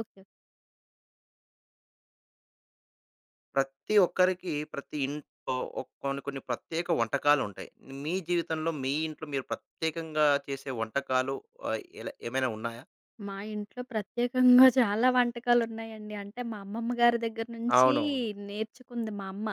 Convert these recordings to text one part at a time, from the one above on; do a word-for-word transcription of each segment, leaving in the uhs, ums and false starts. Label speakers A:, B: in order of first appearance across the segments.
A: Okay.
B: ప్రతి ఒక్కరికి ప్రతి ఇంట్లో ఒక్ కొన్ని కొన్ని ప్రత్యేక వంటకాలుంటాయి. మీ జీవితంలో మీ ఇంట్లో మీరు ప్రత్యేకంగా చేసే వంటకాలు ఆహ్, ఎలా ఏమైనా ఉన్నాయా?
A: మా ఇంట్లో ప్రత్యేకంగా చాలా వంటకాలున్నాయండి. అంటే మా అమ్మమ్మ గారి దగ్గర నుంచి
B: అవునవును.
A: నేర్చుకుంది మా అమ్మ.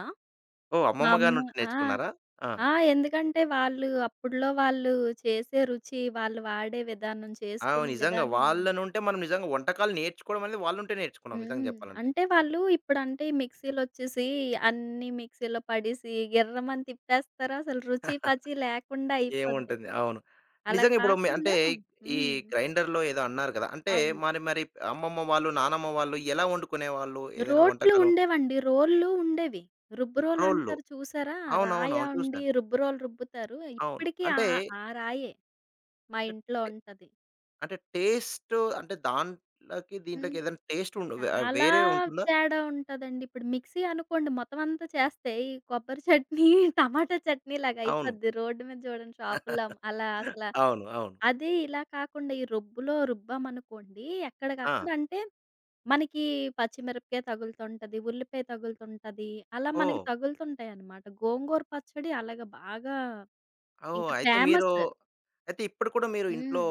B: ఓహ్!
A: మా
B: అమ్మమ్మ
A: అమ్మ
B: గారి నుంచి
A: ఆ!
B: నేర్చుకున్నారా? ఆ!
A: ఆ! ఎందుకంటే వాళ్ళు అప్పుడులో వాళ్ళు చేసే రుచి, వాళ్ళు వాడే విధానం,
B: అవును.
A: చేసుకునే
B: నిజంగా
A: విధానం.
B: వాళ్ళ నుంటే మనం నిజంగా వంటకాలు నేర్చుకోవడం అనేది వాళ్ళ నుంటే నేర్చుకున్నాం నిజంగా
A: హ్మ్.
B: చెప్పాలంటే.
A: అంటే వాళ్ళు ఇప్పుడంటే ఈ మిక్సీలొచ్చేసి అన్నీ మిక్సీలో పడేసి గిర్రమని తిప్పేస్తారు. అసలు రుచి, పచి లేకుండా అయిపోద్ది.
B: ఏముంటుంది. అవును.
A: అలా
B: నిజంగా ఇప్పుడు మీ అంటే
A: కాకుండా.
B: ఈ
A: హ్మ్.
B: గ్రైండర్‌లో ఏదో అన్నారు కదా! అంటే
A: అవును.
B: మరి మరి అమ్మమ్మ వాళ్ళు, నానమ్మ వాళ్ళు ఎలా వండుకునేవాళ్ళు ఏదైనా
A: రోట్లు
B: వంటకాలు?
A: ఉండేవండి. రోళ్ళు ఉండేవి.
B: రోళ్ళు.
A: రుబ్బురోలంటారు చూసారా?
B: అవునవును.
A: రాయ
B: అవును
A: ఉండి
B: చూసాను.
A: రుబ్బురోలు రుబ్బుతారు.
B: అవును.
A: ఇప్పటికి ఆ
B: అంటే
A: ఆ రాయే మా
B: అంటే
A: ఇంట్లో
B: టే
A: ఉంటది.
B: అంటే టేస్ట్ అంటే దాంట్లోకి,
A: హ్మ్.
B: దీంట్లోకి ఏదైనా టేస్ట్ ఉండు వే
A: చాలా
B: వేరే ఉంటుందా?
A: తేడా ఉంటదండి. ఇప్పుడు మిక్సీ అనుకోండి మొత్తం అంతా చేస్తే ఈ కొబ్బరి చట్నీ, టమాటా చట్నీ లాగా
B: అవును.
A: అయిపోద్ది. రోడ్డు మీద చూడండి షాపుల్లో అమ్ అలా అసల.
B: అవును. అవును.
A: అదే ఇలా కాకుండా ఈ రుబ్బులో రుబ్బామనుకోండి
B: ఆ!
A: ఎక్కడికక్కడ అంటే మనకి పచ్చిమిరపకాయ తగులుతుంటది. ఉల్లిపాయ తగులుతుంటది. అలా మనకి
B: ఓహ్!
A: తగులుతుంటాయన్నమాట. గోంగూర పచ్చడి అలాగా బాగా
B: ఓహ్!
A: ఇంక
B: అయితే మీరు
A: ఫేమస్.
B: అయితే ఇప్పుడు కూడా మీరు ఇంట్లో
A: హ్మ్.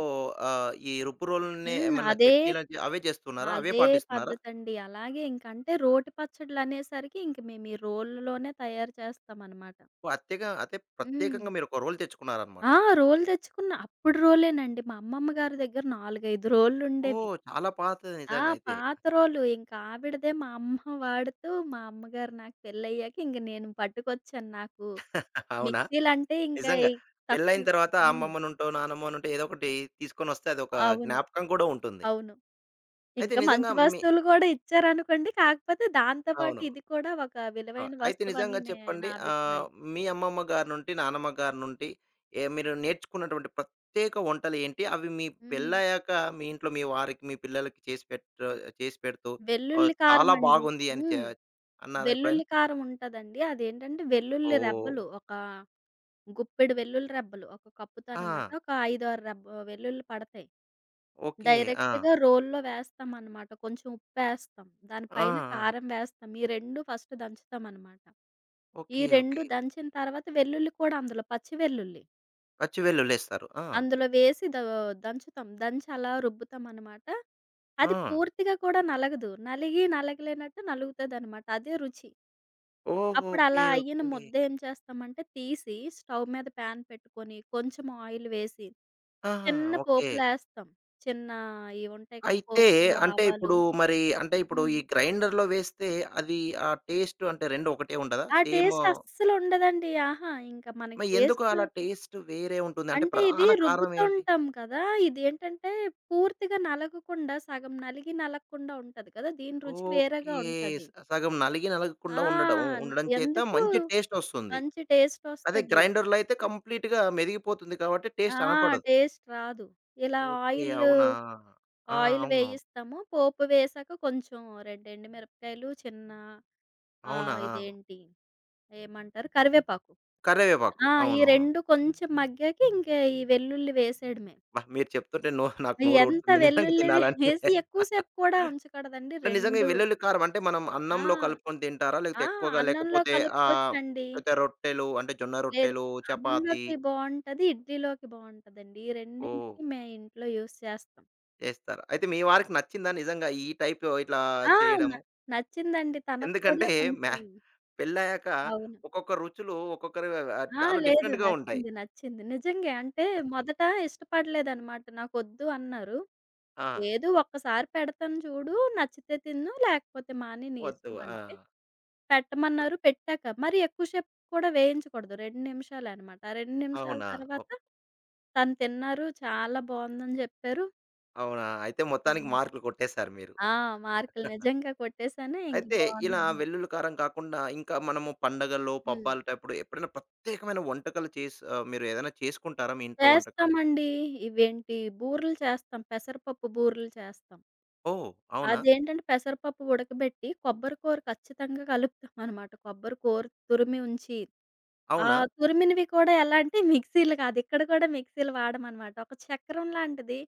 B: ఆహ్, ఈ రుబ్బు రోలునే
A: హ్మ్.
B: ఏమన్నా
A: అదే,
B: చట్నీలాంటివి అవే చేస్తున్నారా? అవే
A: అదే
B: పాటిస్తున్నారా?
A: పద్ధతండి. అలాగే ఇంక అంటే రోటి పచ్చడ్లనేసరికి ఇంక మేము ఈ రోలులోనే తయారు చేస్తామన్నమాట.
B: ప్రత్యేక అతే
A: హ్మ్.
B: ప్రత్యేకంగా మీరు ఒక రోలు తెచ్చుకున్నారన్నమాట.
A: ఆ! రోలు తెచ్చుకున్న. అప్పుడు రోలేనండి. మా అమ్మమ్మ గారి దగ్గర నాలుగు, ఐదు రోలుండేవి.
B: ఓహ్! చాలా పాతది
A: ఆ!
B: నిజంగా అయితే.
A: పాత రోలు. ఇంక ఆవిడదే మా అమ్మ వాడుతూ మా అమ్మగారు నాకు పెళ్లయ్యాక ఇంక నేను పట్టుకొచ్చాను. నాకు
B: అవునా?
A: మిక్సీలంటే ఇంకా
B: నిజంగా.
A: ఈ
B: పెళ్లయిన
A: తక్కువ.
B: తర్వాత
A: అవును.
B: అమ్మమ్మ నుంటో, నానమ్మ నుంటో ఏదో ఒకటి తీసుకొనొస్తే అదొక
A: అవును.
B: జ్ఞాపకం కూడా ఉంటుంది.
A: అవును.
B: అయితే
A: ఇంకా
B: నిజంగా
A: మంచి
B: మీ
A: వస్తువులు గూడా ఇచ్చారనుకోండి. కాకపోతే దాంతో పాటు
B: అవును.
A: ఇది కూడా ఒక
B: ఆ!
A: విలువైన
B: అయితే
A: వస్తువని
B: నిజంగా
A: నే
B: చెప్పండి.
A: నా
B: ఆహ్,
A: అభిప్రాయం.
B: మీ అమ్మమ్మ గారి నుండి, నానమ్మ గారి నుండి ఏ మీరు నేర్చుకున్నటువంటి ప్రత్యేక వంటలు ఏంటి? అవి మీ
A: హ్మ్.
B: పెళ్ళయ్యాక మీ ఇంట్లో మీ వారికి, మీ పిల్లలకి చేసి పెట్ చేసి పెడుతూ ఆహ్,
A: వెల్లుల్లి
B: చాలా
A: కారమండి.
B: బాగుంది అని చె
A: హ్మ్.
B: అన్నారా ఎప్పుడైనా?
A: వెల్లుల్లి కారం ఉంటదండి. అదేంటంటే వెల్లుల్లి
B: ఓహ్!
A: రెబ్బలు ఒక గుప్పెడు వెల్లుల్లి రెబ్బలు ఒక కప్పుతో అనమాట.
B: ఆ!
A: ఒక ఐదు, ఆరు రెబ్బ వెల్లుల్లి పడతాయి.
B: ఓకే. ఆ!
A: డైరెక్ట్‌గా రోల్లో వేస్తామనమాట. కొంచెం ఉప్పేస్తాం. దాని
B: ఆ!
A: పైన
B: ఆ!
A: కారం వేస్తాం. ఈ రెండు ఫస్ట్ దంచుతామనమాట. ఈ
B: ఓకే.
A: రెండు
B: ఓకే.
A: దంచిన తర్వాత వెల్లుల్లి కూడా అందులో పచ్చి వెల్లుల్లి.
B: పచ్చి వెల్లుల్లేస్తారు. ఆ!
A: అందులో వేసి దో దంచుతాం. దంచి అలా రుబ్బుతామనమాట.
B: ఆ!
A: అది పూర్తిగా కూడా నలగదు. నలిగి నలగలేనట్టు నలుగుతదనమాట. అదే రుచి.
B: ఓహ్!
A: అప్పుడు
B: ఓకే.
A: అలా అయ్యిన
B: ఓకే.
A: ముద్ద ఏం చేస్తామంటే తీసి స్టవ్ మీద ప్యాన్ పెట్టుకొని కొంచెం ఆయిల్ వేసి
B: ఆహా!
A: చిన్న
B: ఓకే.
A: పోపులేస్తాం. చిన్న ఇయి ఉంటాయి కదా!
B: అయితే
A: పోపులు,
B: అంటే
A: ఆవాలు.
B: ఇప్పుడు మరి అంటే ఇప్పుడు ఈ
A: హ్మ్.
B: గ్రైండర్‌లో వేస్తే అది ఆ టేస్ట్ అంటే రెండూ ఒకటే ఉండదా?
A: ఆ
B: సేమ్
A: టేస్ట్ అస్సలుండదండి. ఆహా! ఇంక మనకి
B: మరి ఎందుకు
A: టేస్ట్
B: అలా టేస్ట్ వేరే ఉంటుంది? అంటే
A: అంటే ఇది
B: ప్రధాన కారణం ఏంటి?
A: రుబ్బుతుంటాం కదా! ఇదేంటంటే పూర్తిగా నలగకుండా సగం నలిగి నలగకుండా ఉంటది కదా! దీని రుచి వేరేగా
B: ఓకే. స
A: ఉంటది.
B: సగం నలిగి నలగకుండా
A: ఆ!
B: ఉండడం
A: న
B: ఉండడం చేత
A: ఎందుకు
B: మంచి టేస్ట్ వస్తుంది.
A: మంచి
B: అదే
A: టేస్టొస్తది.
B: గ్రైండర్‌లో అయితే కంప్లీట్‌గా మెదిగిపోతుంది కాబట్టి
A: ఆ!
B: టేస్ట్ అనపడదు.
A: టేస్ట్ రాదు. ఇలా
B: ఓకే.
A: ఆయిల్లు,
B: అవునా? ఆ!
A: ఆయిల్
B: అవునవును.
A: వేయిస్తాము. పోపు వేశాక కొంచెం రెండు ఎండుమిరపకాయలు చిన్న.
B: అవునా?
A: ఆహ్, ఇదేంటి ఏమంటారు? కరివేపాకు.
B: కరివేపాకు.
A: ఆ! ఈ
B: అవునవును.
A: రెండు కొంచెం మగ్గాక ఇంక ఈ వెల్లుల్లి వేసేయడమే.
B: అబ్బా! మీరు చెప్తుంటే నో నాకు నోరు
A: ఎంత
B: ఊరుతుంది నిజంగా
A: వెల్లుల్లి
B: తినాలంటే.
A: వేసి ఎక్కువ సేపు కూడా ఉంచకూడదండి.
B: అంటే నిజంగా ఈ
A: రెండు.
B: వెల్లుల్లి కారం అంటే మనం
A: ఆ!
B: అన్నంలో కలుపుకొని తింటారా? లేకపోతే
A: ఆ!
B: ఎక్కువగా
A: అన్నంలో
B: లేకపోతే ఆహ్,
A: కలుపుకోవచ్చండి.
B: లేకపోతే రొట్టెలు అంటే జొన్న
A: లేదు.
B: రొట్టెలు, చపాతీ
A: అన్నంలోకి బావుంటది. ఇడ్లీలోకి బావుంటదండి. ఈ
B: ఓహ్!
A: రెండింటికి మే ఇంట్లో యూజ్ చేస్తాం.
B: చేస్తారు. అయితే మీ వారికి నచ్చిందా నిజంగా ఈ టైప్ ఇట్లా
A: ఆ! న
B: చేయడము?
A: నచ్చిందండి. తనకు కూడా
B: ఎందుకంటే మ్యా
A: కొంచెం.
B: పెళ్లయ్యాక
A: అవును.
B: ఒక్కొక్క రుచులు ఒక్కొక్కరి ఆహ్,
A: ఆ!
B: చాలా
A: లేదు.
B: డిఫరెంట్‌గా ఉంటాయి.
A: నచ్చింది. నచ్చింది. నిజంగే. అంటే మొదట ఇష్టపడలేదనమాట. నాకొద్దు అన్నారు.
B: ఆ!
A: లేదు ఒక్కసారి పెడతాను చూడు. నచ్చితే తిను లేకపోతే మానేయి నీ
B: వద్దు.
A: ఇష్టం
B: ఆ!
A: అంటే పెట్టమన్నారు. పెట్టాక మరి ఎక్కువ సేపు కూడా వేయించకూడదు. రెండు నిమిషాలనమాట. ఆ రెండు నిమిషాల
B: అవునా?
A: తర్వాత
B: ఓహ్!
A: తను తిన్నారు. చాలా బావుందని జెప్పారు.
B: అవునా? అయితే మొత్తానికి
A: హ్మ్.
B: మార్కులు కొట్టేసారు మీరు.
A: ఆ! మార్కులు నిజంగా కొట్టేసాను. ఇంక
B: అయితే ఇలా
A: బావుందన్న.
B: వెల్లుల్లి కారం కాకుండా ఇంకా మనము పండగల్లో,
A: హ్మ్.
B: పబ్బాలటప్పుడు ఎప్పుడైనా ప్రత్యేకమైన వంటకాలు చేసి ఆహ్, మీరు ఏదైనా చేసుకుంటారా మీ ఇంట్లో వంటకాలు?
A: చేస్తామండి. ఇవేంటి బూరెలు చేస్తాం. పెసరపప్పు బూరెలు చేస్తాం.
B: ఓహ్! అవునా?
A: అదేంటంటే పెసరపప్పు ఉడకబెట్టి కొబ్బరి కూర ఖచ్చితంగా కలుపుతామనమాట. కొబ్బరి కూర తురిమి ఉంచి, ఆ
B: అవునా?
A: తురిమినవి కూడా ఎలా అంటే మిక్సీలు కాదు. ఇక్కడ కూడా మిక్సీలు వాడమనమాట. ఒక చక్రం లాంటిది.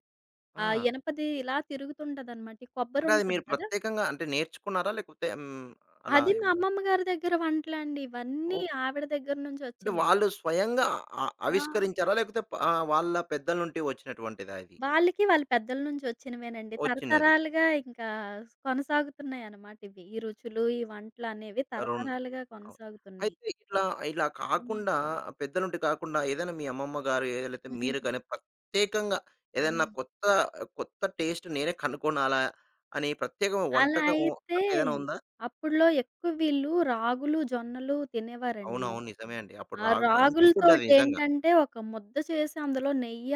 A: ఆ!
B: ఆ!
A: ఇనపది ఇలా తిరుగుతుంటదనమాట. ఈ
B: అంటే అది మీరు
A: కొబ్బరుంటది కదా!
B: ప్రత్యేకంగా అంటే నేర్చుకున్నారా? లేకపోతే హ్మ్, అలా
A: అది మా
B: ఏమన్నా?
A: అమ్మమ్మ గారి దగ్గర వంటలండి. ఇవన్నీ
B: ఓహ్!
A: ఆవిడ దగ్గర నుంచి
B: అంటే
A: వచ్చినవే.
B: వాళ్ళు స్వయంగా అ
A: ఆ!
B: ఆవిష్కరించారా? లేకపోతే ప ఆహ్, వాళ్ళ పెద్దల నుండి వచ్చినటువంటిదా ఇది?
A: వాళ్ళకి వాళ్ళ పెద్దల నుంచి వచ్చినవేనండి.
B: వచ్చినది.
A: తరతరాలుగా ఇంకా కొనసాగుతున్నాయనమాట ఇవి. ఈ రుచులు, ఈ వంటలనేవి
B: రొం
A: తరతరాలుగా
B: అవును.
A: కొనసాగుతున్నాయి.
B: అయితే ఇట్లా, ఇలా
A: హ్మ్.
B: కాకుండా పెద్దలుంటి కాకుండా ఏదైనా మీ అమ్మమ్మ గారు ఏ లేతే
A: హ్మ్.
B: మీరు కానీ ప్రత్యేకంగా ఏదన్నా
A: హ్మ్.
B: కొత్త, కొత్త టేస్ట్ నేనే కనుగొనాలా అని ప్రత్యేకమైన
A: అలా
B: వంటకము
A: అయితే
B: అట్లేదైనా ఉందా?
A: అప్పుడులో ఎక్కువ వీళ్ళు రాగులు, జొన్నలు తినేవారండి.
B: అవునవును. నిజమే అండి. అప్పుడు
A: ఆ
B: రాగు మంచి ఫుడ్ అది నిజంగా.
A: రాగులతోటేంటంటే ఒక ముద్ద చేసి అందులో నెయ్య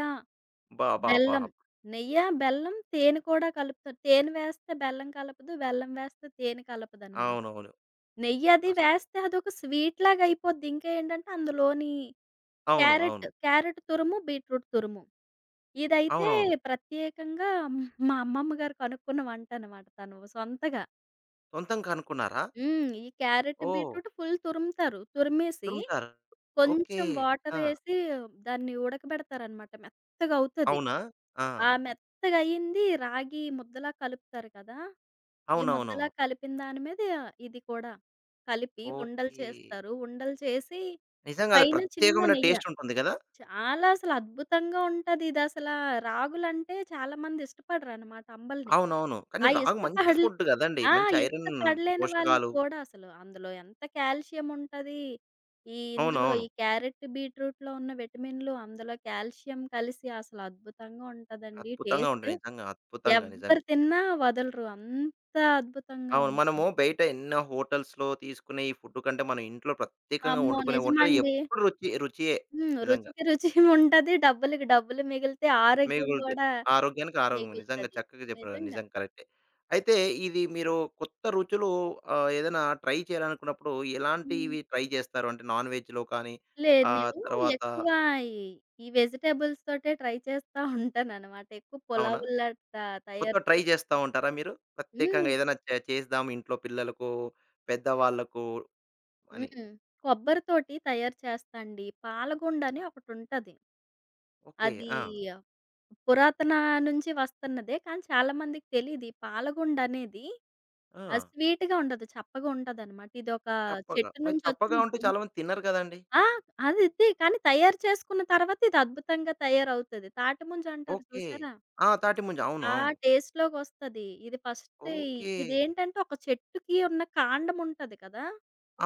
B: అబ్బబ్బబ్బా!
A: బెల్లం. నెయ్య, బెల్లం, తేనె కూడా కలుపుతారు. తేనె వేస్తే బెల్లం కలపదు. బెల్లం వేస్తే తేనె కలపదనమాట.
B: అవునవును.
A: నెయ్యి అది
B: అస్
A: వేస్తే అదొక స్వీట్ లాగా అయిపోద్ది. ఇంకా ఏంటంటే అందులోని
B: అవును.
A: క్యారెట్,
B: అవును.
A: క్యారెట్ తురుము, బీట్రూట్ తురుము. ఇదైతే
B: అవునవును.
A: ప్రత్యేకంగా మా అమ్మమ్మ గారు కనుక్కున్న వంటనమాట తను సొంతగా.
B: సొంతంగా కనుక్కున్నారా?
A: హ్మ్. ఈ క్యారెట్,
B: ఓహ్!
A: బీట్రూట్ ఫుల్ తురుముతారు. తురిమేసి
B: తురుముతారు. ఓకే.
A: కొంచెం
B: ఆ!
A: వాటరేసి దాన్ని ఉడకబెడతారనమాట. మెత్తగా అవుతది.
B: అవునా? ఆ!
A: ఆ! మెత్తగయ్యింది రాగి ముద్దలా కలుపుతారు కదా! ఈ ముద్దలా
B: అవునవునవును.
A: కలిపిన దాని మీద ఇది కూడా కలిపి ఉండలు
B: ఓకే.
A: చేస్తారు. ఉండలు చేసి
B: నిజంగా అది
A: పైన చిన్న
B: ప్రత్యేకమైన
A: నెయ్య.
B: టేస్ట్ ఉంటుంది గదా!
A: చాలా అసలు అద్భుతంగా ఉంటది. ఇదసల రాగులంటే చాలా మంది ఇష్టపడరనమాట అంబలిని.
B: అవునవును. కానీ
A: ఆ
B: రాగి మంచి
A: ఇష్టపడలే
B: ఫుడ్ గదండీ.
A: ఆ!
B: మంచి ఐరన్
A: ఇష్టపడలేని వాళ్ళు
B: పోషకాలు.
A: కూడా అసలు అందులో ఎంత కాల్షియం ఉంటది. ఈ ఇందులో
B: అవునవును.
A: ఈ క్యారెట్, బీట్రూట్‌లో ఉన్న విటమిన్‌లు అందులో కాల్షియం కలిసి అసలు అద్భుతంగా ఉంటదండి
B: అద్భుతంగా
A: టేస్ట్.
B: ఉంటాయి. నిజంగా అద్భుతంగా
A: ఎవ్వరు
B: నిజంగా.
A: తిన్నా వదలరు. అంత అద్భుతంగా
B: అవును. మనము
A: ఉంటుంది.
B: బయట ఎన్నో హోటల్స్‌లో తీసుకునే ఈ ఫుడ్ కంటే మనం ఇంట్లో ప్రత్యేకంగా
A: అమ్మో!
B: వండుకునే వంటలు
A: నిజమండి.
B: ఎప్పుడు రుచి రుచియే
A: హ్మ్.
B: నిజంగా.
A: రుచికి రుచి ఉంటది. డబ్బులకి డబ్బులు మిగిలితే ఆరోగ్యం
B: మిగులుతాయి.
A: గూడా
B: ఆరోగ్యానికి ఆరోగ్యమే. నిజంగా
A: మిగులుతది.
B: చక్కగా చెప్పారు.
A: నిజంగా.
B: నిజం కరెక్టే. అయితే ఇది మీరు కొత్త రుచులు ఆహ్, ఏదైనా ట్రై చేయాలనుకున్నప్పుడు
A: హ్మ్.
B: ఎలాంటివి ట్రై చేస్తారు? అంటే నాన్ వెజ్‌లో కానీ
A: లేదు.
B: ఆహ్,
A: నేను
B: తర్వాత
A: ఎక్కువ ఈ, ఈ వెజిటబుల్స్ తోటే ట్రై చేస్తా ఉంటాననమాట. ఎక్కువ
B: అవునా?
A: పులావుల్లాగా తయారు
B: కొత్తవి ట్రై
A: చేసి.
B: చేస్తా ఉంటారా మీరు? ప్రత్యేకంగా
A: హ్మ్.
B: ఏదైనా చే చేద్దాం ఇంట్లో పిల్లలకు, పెద్దవాళ్ళకు అని.
A: హ్మ్. కొబ్బరితోటి తయారు చేస్తా అండి. పాలగుండ అని ఒకటుంటది.
B: ఓకే.
A: అది
B: ఆ!
A: పురాతన నుంచి వస్తున్నదే. కానీ చాలా మందికి తెలీదు. ఈ పాలగుండ అనేది అది
B: ఆ!
A: స్వీట్‌గా ఉండదు. చప్పగా ఉంటదనమాట. ఇదొక
B: చప్పగా.
A: చెట్టు
B: మరి
A: నుంచి వచ్చిన
B: చప్పగా ఉంటే
A: దుం
B: చాలామంది తినరు కదండీ!
A: ఆ! అదిద్ది. కానీ తయారు చేసుకున్న తర్వాత ఇది అద్భుతంగా తయారవుతది. తాటిముంజ అంటారు
B: ఓకే.
A: చూసారా?
B: ఆ! తాటిముంజ. అవును.
A: ఆ
B: అవును.
A: టేస్ట్‌లోకొస్తది. ఇది ఫస్ట్ ఇ
B: ఓకే.
A: ఇదేంటంటే ఒక చెట్టుకి ఉన్న కాండం ఉంటది కదా!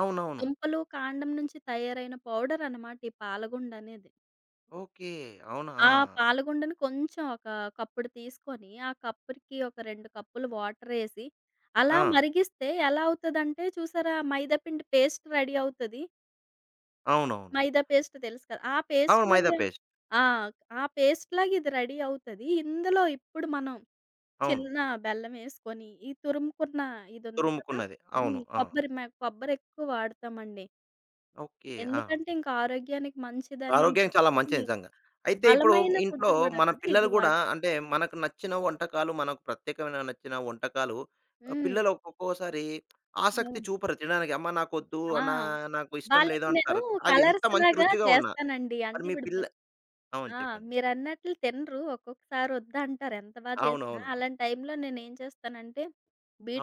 B: అవునవును.
A: దుంపలు, కాండం నుంచి తయారైన పౌడర్ అనమాట ఈ పాలగుండ అనేది.
B: ఓకే. అవునా!
A: ఆ!
B: ఆ!
A: పాలగుండని కొంచెం ఒక కప్పుడు తీసుకొని, ఆ కప్పుకి ఒక రెండు కప్పులు వాటరేసి, అలా
B: ఆ,
A: మరిగిస్తే ఎలా అవుతదంటే చూసారా మైదా పిండి పేస్ట్ రెడీ అవుతది.
B: అవునవును.
A: మైదా పేస్ట్ తెలుసు కదా! ఆ పేస్ట్
B: అవును. మైదా
A: లాగా.
B: పేస్ట్.
A: ఆ! ఆ పేస్ట్ లాగా ఇది రెడీ అవుతది. ఇందులో ఇప్పుడు మనం
B: అవును.
A: చిన్న బెల్లమేసుకొని, ఈ తురుముకున్న ఇదుంది కదా!
B: తురుముకున్నది.
A: హ్మ్.
B: అవును. ఆ!
A: కొబ్బరి మ కొబ్బరి ఎక్కువ వాడతామండి.
B: ఓకే. ఆ!
A: ఎందుకంటే ఇంక ఆరోగ్యానికి మంచిదని
B: ఆరోగ్యానికి చాలా మంచిది
A: జుట్టుకి
B: నిజంగా. అయితే ఇప్పుడు
A: బలమైన
B: ఇంట్లో
A: ఫుడ్ గూడా
B: మన
A: కదా!
B: పిల్లలు
A: ఇది
B: గూడా
A: వాడు.
B: అంటే మనకు నచ్చిన వంటకాలు, మనకు ప్రత్యేకమైన నచ్చిన వంటకాలు ఆహ్,
A: హ్మ్.
B: పిల్లలు ఒక్కొక్కోసారి ఆసక్తి
A: అవును.
B: చూపరు తినడానికి. అమ్మ నాకొద్దు,
A: ఆ!
B: నా నాకు ఇష్టం లేదు
A: వాళ్ళకి నేను
B: అంటారు. అది ఎంత మంచి
A: కలర్స్‌లాగా
B: రుచిగా ఉన్నా.
A: చేస్తానండి.
B: మరి
A: అంటే
B: మీ
A: ఇప్పుడు
B: పిల్ల
A: బె
B: అవును.
A: ఆ!
B: చెప్పండి.
A: మీరన్నట్లు తినరు. ఒక్కొక్కసారి వద్దంటారు ఎంత బా చేసినా.
B: అవునవును.
A: అలాంటి టైంలో నేనేం చేస్తానంటే,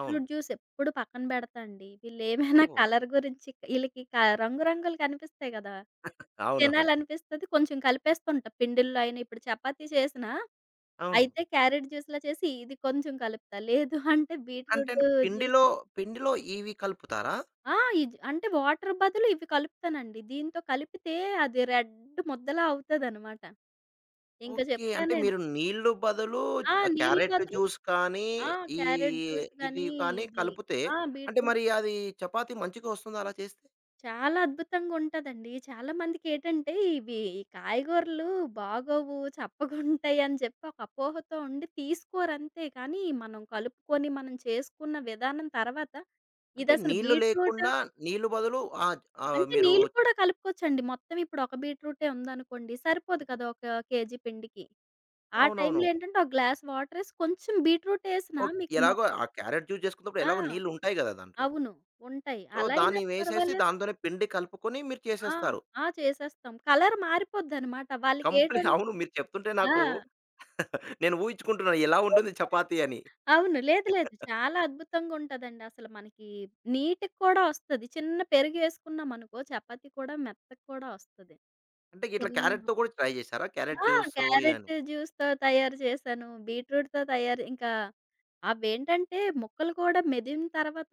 B: అవును.
A: జ్యూస్ ఎప్పుడు పక్కన పెడతా అండి. వీళ్ళేమైనా
B: ఓహ్!
A: కలర్ గురించి ఈళ్ళకి క రంగు రంగులు కనిపిస్తాయి కదా!
B: అవునవును. అవును
A: తినాలనిపిస్తది. కొంచెం కలిపేస్తుంటా పిండిల్లో అయినా. ఇప్పుడు చపాతీ చేసినా
B: అవును అవును
A: అయితే క్యారెట్ జ్యూస్‌లా చేసి ఇది కొంచెం కలుపుతా. లేదు అంటే
B: అంటే
A: బీట్రూట్
B: అండి
A: జ్యూస్.
B: పిండిలో పిండిలో ఇవి కలుపుతారా?
A: ఆ! ఇజ్ అంటే వాటర్ బదులు ఇవి కలుపుతానండి. దీంతో కలిపితే అది రెడ్ ముద్దలా అవుతదనమాట. ఇంక
B: ఓకే.
A: చెప్తా
B: అంటే
A: నేను.
B: మీరు నీళ్ళు బదులు చ్
A: ఆ! నీళ్ళు
B: క్యారెట్
A: బదులు.
B: జ్యూస్ కానీ,
A: ఆ!
B: ఈ
A: క్యారట్ జ్యూస్
B: ఇది
A: గానీ,
B: కానీ
A: ఇది.
B: కలిపితే
A: ఆ!
B: అంటే
A: బీట్రూట్.
B: మరి అది చపాతీ మంచిగా వస్తుందా అలా చేస్తే?
A: చాలా అద్భుతంగుంటదండి. చాలా మందికేటంటే ఇవి ఈ కాయగూరలు బాగోవు, చప్పగుంటాయని చెప్పి ఒక అపోహతో ఉండి తీసుకోరంతే. కానీ మనం కలుపుకొని, మనం చేసుకున్న విధానం తర్వాత
B: అంటే
A: ఇదసలు
B: నీళ్ళు
A: బీట్రూట్
B: లేకుండా నీళ్ళు బదులు ఆహ్, ఆహ్,
A: అంటే
B: మీరు
A: నీళ్ళు కూడా కలుపుకోవచ్చండి. మొత్తం ఇప్పుడు ఒక బీట్రూటే ఉందనుకోండి, సరిపోదు కదా! ఒక కేజీ పిండికి. ఆ
B: అవునవును.
A: టైంలో ఏంటంటే, ఒక గ్లాస్ వాటరేసి కొంచెం బీట్రూటేసినా
B: ఓహ్!
A: మీకు మొత్
B: ఎలాగో ఆ క్యారెట్ జ్యూస్ చేసుకున్నప్పుడు ఎలాగో
A: ఆ!
B: నీళ్ళు ఉంటాయి గదా! దాంట్లో.
A: అవును. ఉంటాయి.
B: సో,
A: అలా అయినా
B: దాన్ని వేసేసి
A: పర్వాలేదు.
B: దాంతోనే పిండి కలుపుకొని మీరు
A: ఆ!
B: చేసేస్తారు.
A: ఆ! చేసేస్తాం. కలర్ మారిపోద్దనమాట.
B: కంప్లీట్
A: వాళ్ళకేటంటే
B: అవును. మీరు చెప్తుంటే
A: ఆ!
B: నాకు నేను ఊహించుకుంటున్నాను ఎలా ఉంటుంది చపాతీ అని.
A: అవును. లేదు, లేదు. చాలా అద్భుతంగా ఉంటదండి. అసలు మనకి నీటుగా కూడా వస్తది. చిన్న పెరుగేసుకున్నామనుకో చపాతీ కూడా మెత్తగా కూడా వస్తది.
B: అంటే ఇట్లా
A: చిన్న.
B: క్యారెట్‌తో కూడా ట్రై చేశారా? క్యారెట్
A: ఆ!
B: జ్యూసు ఇవన్నీ.
A: క్యారెట్ జ్యూస్‌తో తయారు చేశాను. బీట్రూట్‌తో తయారు ఇంకా అవేంటంటే ముక్కలు కూడా మెదిన తర్వాత.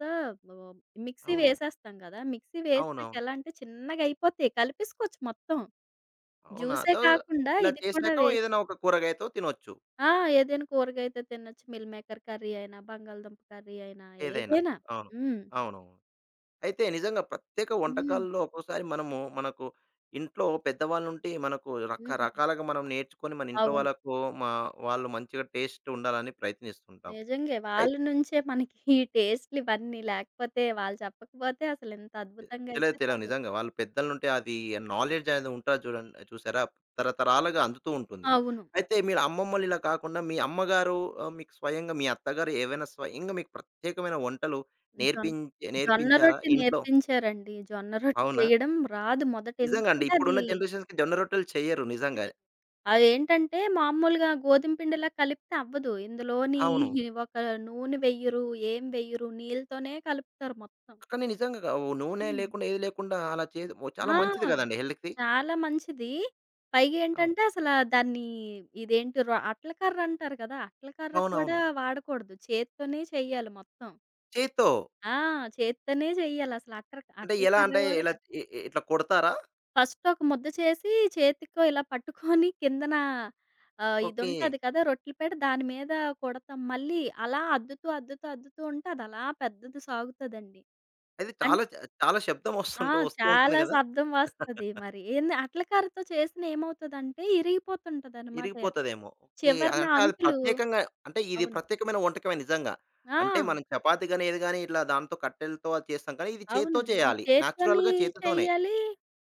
A: ఆహ్, మిక్సీ
B: అవును.
A: వేసేస్తాం కదా! మిక్సీ వేసినాక
B: అవునవును.
A: ఎలా అంటే చిన్నగా అయిపోతాయి. కలిపేసుకోవచ్చు మొత్తం.
B: అవునా!
A: జ్యూసే
B: అదో
A: కాకుండా
B: ఇలా
A: ఇది కూడా
B: చేసాక
A: వేసి.
B: ఏదైనా ఒక కూరగాయతో తినొచ్చు.
A: ఆ! ఏదైనా కూరగాయతో తినొచ్చు. మిల్ మేకర్ కర్రీ అయినా, బంగాళదుంప కర్రీ అయినా
B: ఏదైనా.
A: ఏదైనా.
B: అవును.
A: హ్మ్.
B: అవునవును. అయితే నిజంగా ప్రత్యేక
A: హ్మ్.
B: వంటకాల్లో ఒక్కోసారి మనము మనకు ఇంట్లో పెద్దవాళ్ళ నుంటి మనకు
A: హ్మ్.
B: రకరకాలుగా మనం నేర్చుకొని మన ఇంట్లో
A: అవును.
B: వాళ్ళకు మా వాళ్ళు మంచిగా టేస్ట్ ఉండాలని ప్రయత్నిస్తుంటాం.
A: నిజంగే. వాళ్ళ నుంచే మనకి ఈ టేస్ట్‌లు ఇవన్నీ లేకపోతే వాళ్ళు చెప్పకపోతే అసలు ఇంత అద్భుతంగా అయితే
B: తెలియదు. తెలియవు.
A: రావు.
B: నిజంగా. వాళ్ళు పెద్దలనుంటే అది నాలెడ్జ్ అనేది ఉంటాది చూడండి చూసారా? తరతరాలుగా అందుతూ ఉంటుంది.
A: అవును.
B: అయితే మీరు అమ్మమ్మలు ఇలా కాకుండా మీ అమ్మగారు ఆహ్, మీకు స్వయంగా మీ అత్తగారు ఏవైనా స్వయంగా మీకు ప్రత్యేకమైన వంటలు
A: జొన్
B: నేర్పించ
A: జొన్న
B: నేర్పించారా
A: రొట్టె
B: ఇంట్లో?
A: నేర్పించారండి. జొన్న రొట్టె
B: అవునా?
A: చేయడం రాదు మొదట.
B: నిజంగా అండి.
A: ఎందుకంటే అది
B: ఇప్పుడున్న జనరేషన్స్‌కి జొన్న రొట్టెలు చెయ్యరు నిజంగా.
A: తెలీదు. అదేంటంటే మామూలుగా గోధుమ పిండిలా కలిపితే అవ్వదు. ఇందులోని
B: అవును.
A: ఒక నూనె వెయ్యరు, ఏం వెయ్యరు. నీళ్ళతోనే కలుపుతారు మొత్తం.
B: కానీ నిజంగా కా- ఓ నూనె
A: హ్మ్.
B: లేకుండా ఏది లేకుండా అలా చే ఓ చాలా
A: ఆ!
B: మంచిది కదండీ హెల్త్‌కి.
A: చాలా మంచిది. పైగా
B: అవును.
A: ఏంటంటే అసలా దాన్ని ఇదేంటి రొ అట్ల కర్ర అంటారు కదా! అట్ల కర్ర కూడా
B: అవునవును.
A: వాడకూడదు. చేత్తోనే చెయ్యాలి మొత్తం.
B: చేత్తో.
A: ఆ! చేత్తోనే చెయ్యాలసలు అట్ర
B: అంటే
A: అట్ల
B: ఎలా
A: కర్ర
B: అంటే
A: కూడా.
B: ఇలా ఇ ఇ- ఇట్లా కొడతారా?
A: ఫస్ట్ ఒక ముద్ద చేసి, చేతికో ఇలా పట్టుకొని కిందన ఆహ్,
B: ఓకే.
A: ఇదుంటది కదా! రొట్టెల పీట దాని మీద కుడతాం. మళ్ళీ అలా అద్దుతూ, అద్దుతూ, అద్దుతూ ఉంటే అదలా పెద్దది సాగుతదండి.
B: అది
A: అన్
B: చాలా చ చాలా శబ్దం
A: ఆ!
B: వస్తుంటూ వస్తూ ఉంటుంది
A: చాలా
B: గదా!
A: శబ్దం వస్తది మరి. ఏంది అట్ల కారతో చేసిన ఏమవుతదంటే ఇరిగిపోతుంటదనమాట.
B: ఇరిగిపోతదేమో. ఓకే.
A: చివరన
B: అంటే అది
A: అంచులు.
B: ప్రత్యేకంగా అంటే ఇది
A: అవును.
B: ప్రత్యేకమైన వంటకమే నిజంగా. అంటే
A: ఆ!
B: మనం చపాతీ గాని, ఏది గాని ఇట్లా దాంతో కట్టెలతో అది చేస్తాం కానీ ఇది చేత్తో
A: అవును. ఇది
B: చేయాలి.
A: చేత్తోని
B: నేచురల్‌గా చేతితోనే
A: చెయ్యాలి.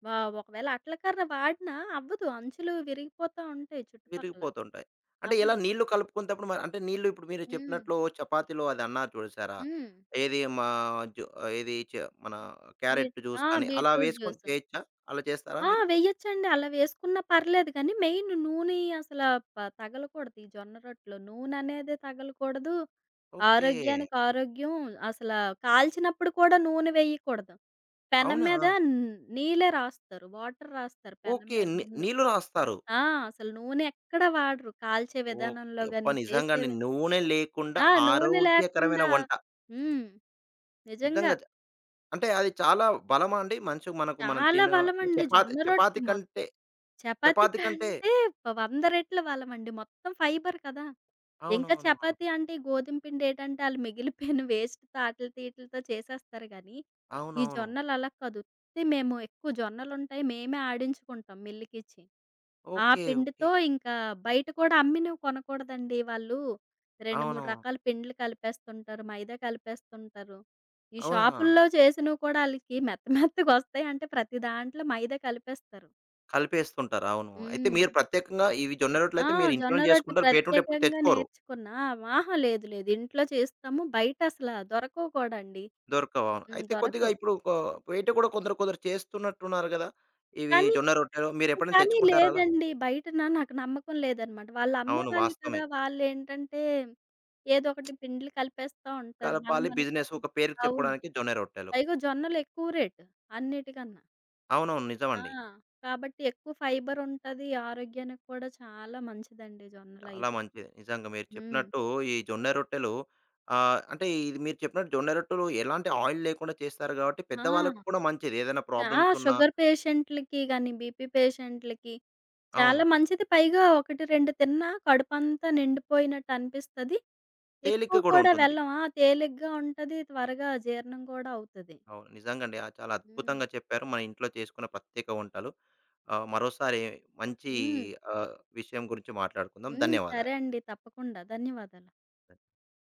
A: వా ఒకవేళ అట్ల కర్ర వాడినా అవ్వదు. అంచులు విరిగిపోతా ఉంటాయి చుట్టుపక్కల.
B: విరిగిపోతుంటాయి. అంటే ఎలా
A: అవ్వదు.
B: నీళ్లు కలుపుకునేటప్పుడు మరి అంటే నీళ్లు ఇప్పుడు మీరు
A: హ్మ్.
B: చెప్పినట్లు చపాతీలో అది అన్నారు చూసారా?
A: హ్మ్.
B: ఏది మా జు ఏది చ మన క్యారెట్
A: బీట్
B: జ్యూస్
A: ఆ!
B: కానీ అలా
A: బీట్రూట్
B: వేసుకొని
A: జ్యూసు.
B: చేయొచ్చా? అలా చేస్తారా
A: ఆ!
B: మీరు?
A: వెయ్యొచ్చండి. అలా వేసుకున్నా పర్లేదు కానీ, మెయిన్ నూనె అసలా ప తగలకూడదు. ఈ జొన్న రొట్టెలో నూననేదే తగలకూడదు.
B: ఓకే.
A: ఆరోగ్యానికి ఆరోగ్యం. అసలా కాల్చినప్పుడు కూడా నూనె వెయ్యకూడదు. పెనం
B: అవునా?
A: మీద న్ నీళ్ళే రాస్తారు. వాటర్ రాస్తారు పెనం
B: ఓకే.
A: మీద
B: ని
A: ముందు.
B: నీళ్లు రాస్తారు.
A: ఆ! అసలు నూనె ఎక్కడ వాడరు. కాల్చే విధానంలో
B: ఓకే. అబ్బా!
A: గాని,
B: నిజంగా అండి.
A: చేసేవి.
B: నూనె లేకుండా
A: ఆ! నూనె
B: ఆరోగ్యకరమైన
A: లేకుండా.
B: వంట.
A: హ్మ్. నిజంగా.
B: నిజంగా చ అంటే అది చాలా బలమా అండి? మంచిగా మనకు మనం
A: చాలా
B: తిన
A: బలమండి
B: చపాతీ
A: జొన్న
B: చపాతీ
A: రొట్టె.
B: కంటే
A: చపాతీ
B: చపాతీ కంటే
A: కంటే వంద రెట్లు బలమండి. మొత్తం ఫైబర్ కదా! ఇంకా
B: అవునవును.
A: చపాతీ అంటే ఈ గోధుమ పిండి ఏటంటే ఆళ్ళు మిగిలిపోయిన వేస్ట్‌తో ఆటిలితో ఈటిలితో చేసేస్తారు గానీ, ఈ
B: అవునవును.
A: జొన్నలు అలా కాదు. ఉత్తి మేము ఎక్కువ జొన్నలుంటాయి. మేమే ఆడించుకుంటాం మిల్లుకిచ్చి. ఆ
B: ఓకే. ఓకే.
A: పిండితో ఇంకా బయట కూడా అమ్మినవి కొనకూడదండి. వాళ్ళు రెండు, మూడు
B: అవునవును.
A: రకాల పిండ్లు కలిపేస్తుంటారు. మైదా కలిపేస్తుంటారు. ఈ
B: అవునా!
A: షాపుల్లో చేసినవి కూడా ఆళ్ళకి మెత్త మెత్తగొస్తాయి అంటే ప్రతి దాంట్లో మైదా కలిపేస్తారు.
B: కలిపేస్తుంటారు. అవును. అయితే
A: హ్మ్.
B: మీరు ప్రత్యేకంగా ఇవి జొన్న
A: ఆ!
B: రొట్టెలైతే మీరు
A: జొన్న
B: ఇంట్లోనే
A: రొట్టె
B: చేసుకుంటారు. బయట నుండి ఎప్పుడు
A: ప్రత్యేకంగా
B: తెచ్చుకోరు.
A: నేర్చుకున్నా. ఆహా! లేదు లేదు. ఇంట్లో చేస్తాము. బయట అసల దొరకవు కూడా అండి.
B: దొరకవు. అవును.
A: హ్మ్.
B: అయితే కొద్దిగా
A: దొరకవు.
B: ఇప్పుడు కొ బయట కూడా కొందరు కొందరు చేస్తున్నట్టున్నారు గదా! ఇవి
A: కానీ,
B: జొన్న రొట్టెలు మీరెప్పుడైనా
A: కానీ
B: తెచ్చుకుంటారా అలా?
A: లేదండి. బయటన నాకు నమ్మకం లేదనమాట. వాళ్ళు
B: అవును.
A: అమ్మేవాళ్ళు
B: వాస్తవమే.
A: కదా! వాళ్ళేంటంటే ఏదో ఒకటి పిండిలు కలిపేస్తా ఉంటారు. మనం
B: కలపాలి. బిజినెస్
A: అనుకోని
B: ఒక పేరుకి
A: అవును.
B: చెప్పుకోవడానికి జొన్న రొట్టెలు.
A: పైగా జొన్నలు ఎక్కువ రేటు అన్నిటికన్నా.
B: అవునవును.
A: ఆ!
B: నిజమండి.
A: కాబట్టి ఎక్కువ ఫైబర్ ఉంటది. ఆరోగ్యానికి కూడా చాలా మంచిదండి జొన్నలయి.
B: చాలా మంచిది. నిజంగా మీరు
A: హ్మ్.
B: చెప్పినట్టు ఈ జొన్న రొట్టెలు ఆహ్, అంటే ఇది మీరు చెప్పినట్టు జొన్న రొట్టెలు ఎలాంటి ఆయిల్ లేకుండా చేస్తారు కాబట్టి
A: ఆ!
B: పెద్దవాళ్ళకి కూడా మంచిది. ఏదైనా
A: ఆ!
B: ప్రాబ్లమ్స్ ఉన్నా
A: షుగర్ పేషెంట్‌లకి గాని, బీపీ పేషెంట్‌లకి
B: అవును.
A: చాలా మంచిది. పైగా ఒకటి, రెండు తిన్నా కడుపంతా నిండిపోయినట్టు అనిపిస్తది. ఎక్కువ
B: తేలిక కూడా
A: కూడా
B: ఉంటుంది.
A: వెళ్ళం. ఆ! తేలిగ్గా ఉంటది. త్వరగా జీర్ణం కూడా అవుతది.
B: అవును. నిజంగండి. ఆహ్, చాలా
A: హ్మ్.
B: అద్భుతంగా చెప్పారు. మన ఇంట్లో చేసుకున్న ప్రత్యేక వంటలు. ఆహ్, మరోసారి మంచి
A: హ్మ్.
B: ఆహ్, విషయం గురించి మాట్లాడుకుందాం.
A: హ్మ్. సరే
B: ధన్యవాదాలు.
A: అండి. తప్పకుండా. ధన్యవాదాలు.